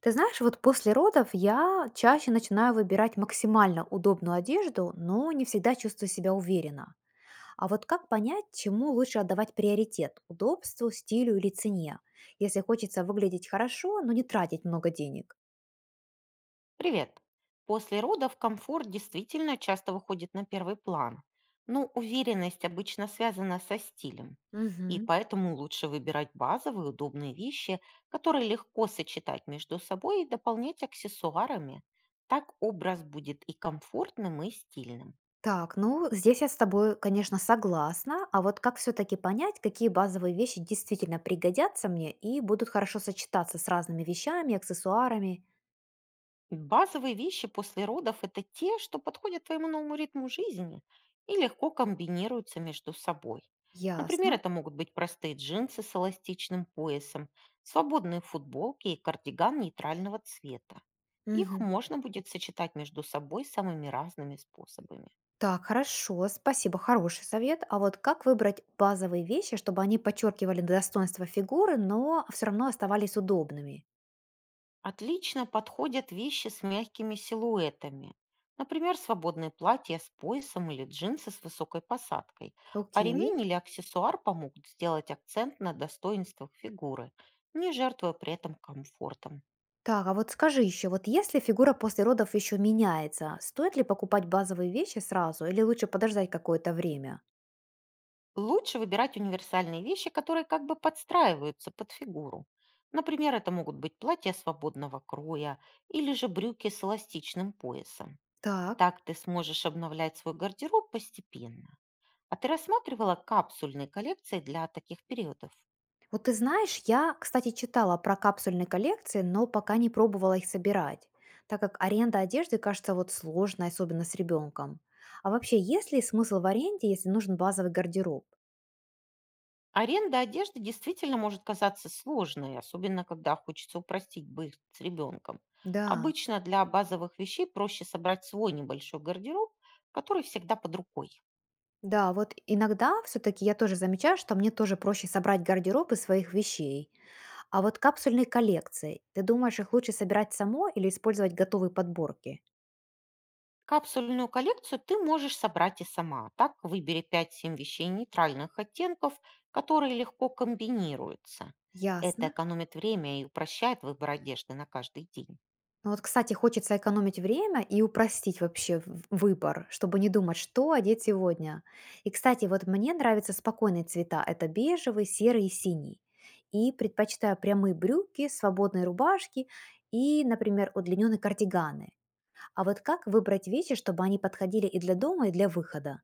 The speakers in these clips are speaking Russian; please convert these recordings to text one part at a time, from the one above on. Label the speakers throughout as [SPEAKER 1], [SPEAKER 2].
[SPEAKER 1] Ты знаешь, вот после родов я чаще начинаю выбирать максимально удобную одежду, но не всегда чувствую себя уверенно. А вот как понять, чему лучше отдавать приоритет – удобству, стилю или цене, если хочется выглядеть хорошо, но не тратить много денег?
[SPEAKER 2] Привет. После родов комфорт действительно часто выходит на первый план, но уверенность обычно связана со стилем, и
[SPEAKER 1] Мгм.
[SPEAKER 2] поэтому лучше выбирать базовые удобные вещи, которые легко сочетать между собой и дополнять аксессуарами. Так образ будет и комфортным, и стильным.
[SPEAKER 1] Так, ну здесь я с тобой, конечно, согласна, а вот как все-таки понять, какие базовые вещи действительно пригодятся мне и будут хорошо сочетаться с разными вещами, аксессуарами?
[SPEAKER 2] Базовые вещи после родов — это те, что подходят твоему новому ритму жизни и легко комбинируются между собой. Например,
[SPEAKER 1] Ясно.
[SPEAKER 2] это могут быть простые джинсы с эластичным поясом, свободные футболки и кардиган нейтрального цвета. Их
[SPEAKER 1] Мгм.
[SPEAKER 2] можно будет сочетать между собой самыми разными способами.
[SPEAKER 1] Так, хорошо, спасибо, хороший совет. А вот как выбрать базовые вещи, чтобы они подчеркивали достоинство фигуры, но все равно оставались удобными?
[SPEAKER 2] Отлично подходят вещи с мягкими силуэтами. Например, свободное платье с поясом или джинсы с высокой посадкой. А
[SPEAKER 1] Окей.
[SPEAKER 2] ремень или аксессуар помогут сделать акцент на достоинствах фигуры, не жертвуя при этом комфортом.
[SPEAKER 1] Так, а вот скажи еще, вот если фигура после родов еще меняется, стоит ли покупать базовые вещи сразу или лучше подождать какое-то время?
[SPEAKER 2] Лучше выбирать универсальные вещи, которые как бы подстраиваются под фигуру. Например, это могут быть платья свободного кроя или же брюки с эластичным поясом.
[SPEAKER 1] Так.
[SPEAKER 2] Так ты сможешь обновлять свой гардероб постепенно. А ты рассматривала капсульные коллекции для таких периодов?
[SPEAKER 1] Вот ты знаешь, я, кстати, читала про капсульные коллекции, но пока не пробовала их собирать, так как аренда одежды кажется вот сложной, особенно с ребенком. А вообще, есть ли смысл в аренде, если нужен базовый гардероб?
[SPEAKER 2] Аренда одежды действительно может казаться сложной, особенно когда хочется упростить быт с ребенком.
[SPEAKER 1] Да,
[SPEAKER 2] Обычно для базовых вещей проще собрать свой небольшой гардероб, который всегда под рукой.
[SPEAKER 1] да, вот иногда все-таки я тоже замечаю, что мне тоже проще собрать гардероб из своих вещей. А вот капсульные коллекции, ты думаешь, их лучше собирать самой или использовать готовые подборки?
[SPEAKER 2] Капсульную коллекцию ты можешь собрать и сама. Так выбери пять 7 вещей нейтральных оттенков, которые легко комбинируются. Это
[SPEAKER 1] Ясно.
[SPEAKER 2] экономит время и упрощает выбор одежды на каждый день.
[SPEAKER 1] Ну вот, кстати, хочется экономить время и упростить вообще выбор, чтобы не думать, что одеть сегодня. И, кстати, вот мне нравятся спокойные цвета. Это бежевый, серый и синий. И предпочитаю прямые брюки, свободные рубашки и, например, удлиненные кардиганы. А вот как выбрать вещи, чтобы они подходили и для дома, и для выхода?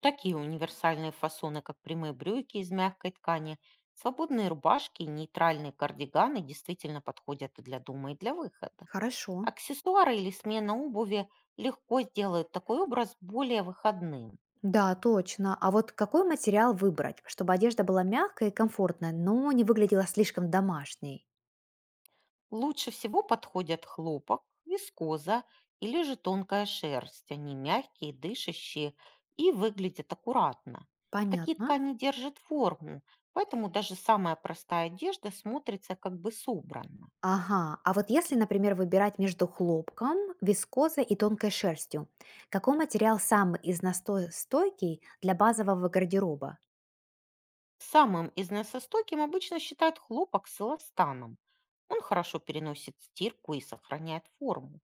[SPEAKER 2] Такие универсальные фасоны, как прямые брюки из мягкой ткани, свободные рубашки и нейтральные кардиганы действительно подходят и для дома, и для выхода.
[SPEAKER 1] Хорошо.
[SPEAKER 2] Аксессуары или смена обуви легко сделают такой образ более выходным.
[SPEAKER 1] Да, точно. А вот какой материал выбрать, чтобы одежда была мягкая и комфортная, но не выглядела слишком домашней?
[SPEAKER 2] Лучше всего подходят хлопок, вискоза или же тонкая шерсть. Они мягкие, дышащие и выглядят аккуратно. Такие
[SPEAKER 1] Понятно.
[SPEAKER 2] ткани держат форму, поэтому даже самая простая одежда смотрится как бы собранно.
[SPEAKER 1] Ага, а вот если, например, выбирать между хлопком, вискозой и тонкой шерстью, какой материал самый из настой стойкий для базового гардероба?
[SPEAKER 2] Самым износостойким обычно считают хлопок с эластаном. Он хорошо переносит стирку и сохраняет форму.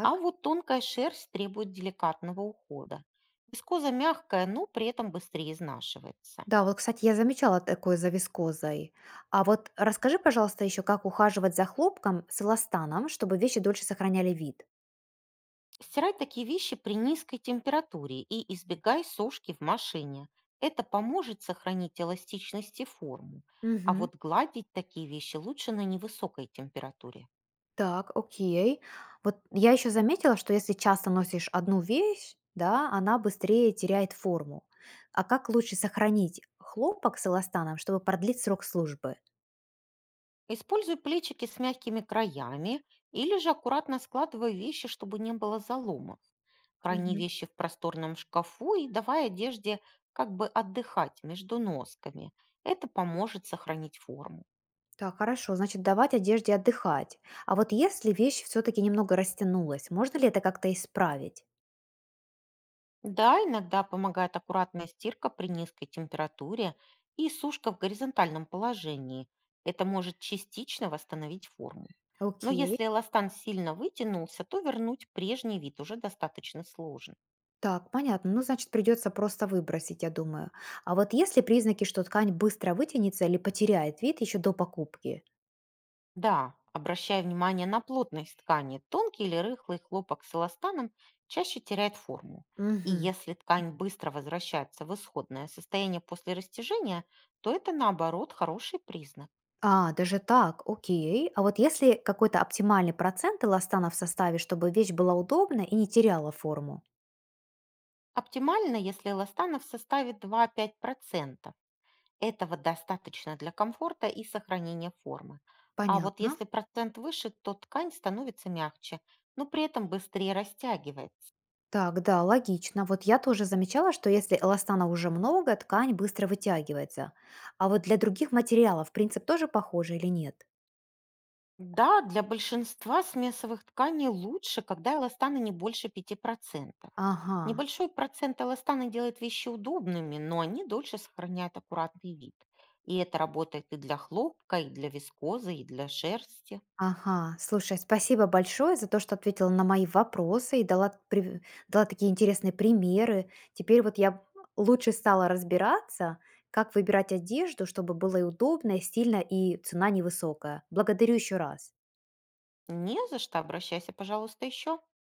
[SPEAKER 2] А вот тонкая шерсть требует деликатного ухода. Вискоза мягкая, но при этом быстрее изнашивается.
[SPEAKER 1] Да, вот, кстати, я замечала такое за вискозой. А вот расскажи, пожалуйста, еще, как ухаживать за хлопком с эластаном, чтобы вещи дольше сохраняли вид.
[SPEAKER 2] Стирай такие вещи при низкой температуре и избегай сушки в машине. Это поможет сохранить эластичность и форму. А
[SPEAKER 1] Мгм.
[SPEAKER 2] вот гладить такие вещи лучше на невысокой температуре.
[SPEAKER 1] Так, окей. Вот я еще заметила, что если часто носишь одну вещь, да, она быстрее теряет форму. А как лучше сохранить хлопок с эластаном, чтобы продлить срок службы?
[SPEAKER 2] Используй плечики с мягкими краями или же аккуратно складывай вещи, чтобы не было заломов. Храни
[SPEAKER 1] Мгм.
[SPEAKER 2] вещи в просторном шкафу и давай одежде как бы отдыхать между носками. Это поможет сохранить форму.
[SPEAKER 1] Так, хорошо, значит, давать одежде отдыхать. А вот если вещь все-таки немного растянулась, можно ли это как-то исправить?
[SPEAKER 2] Да, иногда помогает аккуратная стирка при низкой температуре и сушка в горизонтальном положении. Это может частично восстановить форму. Но
[SPEAKER 1] Окей.
[SPEAKER 2] если эластан сильно вытянулся, то вернуть прежний вид уже достаточно сложно.
[SPEAKER 1] Так, понятно. Ну, значит, придется просто выбросить, я думаю. А вот если признаки, что ткань быстро вытянется или потеряет вид еще до покупки?
[SPEAKER 2] Да, обращая внимание на плотность ткани, тонкий или рыхлый хлопок с эластаном чаще теряет форму. И
[SPEAKER 1] Мгм.
[SPEAKER 2] если ткань быстро возвращается в исходное состояние после растяжения, то это наоборот хороший признак.
[SPEAKER 1] А, даже так, окей. А вот если какой-то оптимальный процент эластана в составе, чтобы вещь была удобна и не теряла форму?
[SPEAKER 2] Оптимально, если эластанов составит 2-5%. Этого достаточно для комфорта и сохранения формы. А вот
[SPEAKER 1] Понятно.
[SPEAKER 2] если процент выше, то ткань становится мягче, но при этом быстрее растягивается.
[SPEAKER 1] Так, да, логично. Вот я тоже замечала, что если эластана уже много, ткань быстро вытягивается. А вот для других материалов принцип тоже похожий или нет?
[SPEAKER 2] Да, для большинства смесовых тканей лучше, когда эластана не больше 5%.
[SPEAKER 1] Ага.
[SPEAKER 2] Небольшой процент эластана делает вещи удобными, но они дольше сохраняют аккуратный вид. И это работает и для хлопка, и для вискозы, и для шерсти.
[SPEAKER 1] Ага, слушай, спасибо большое за то, что ответила на мои вопросы и дала такие интересные примеры. Теперь вот я лучше стала разбираться, как выбирать одежду, чтобы было и удобно, и стильно, и цена невысокая. Благодарю еще раз.
[SPEAKER 2] Не за что, обращайся, пожалуйста, еще.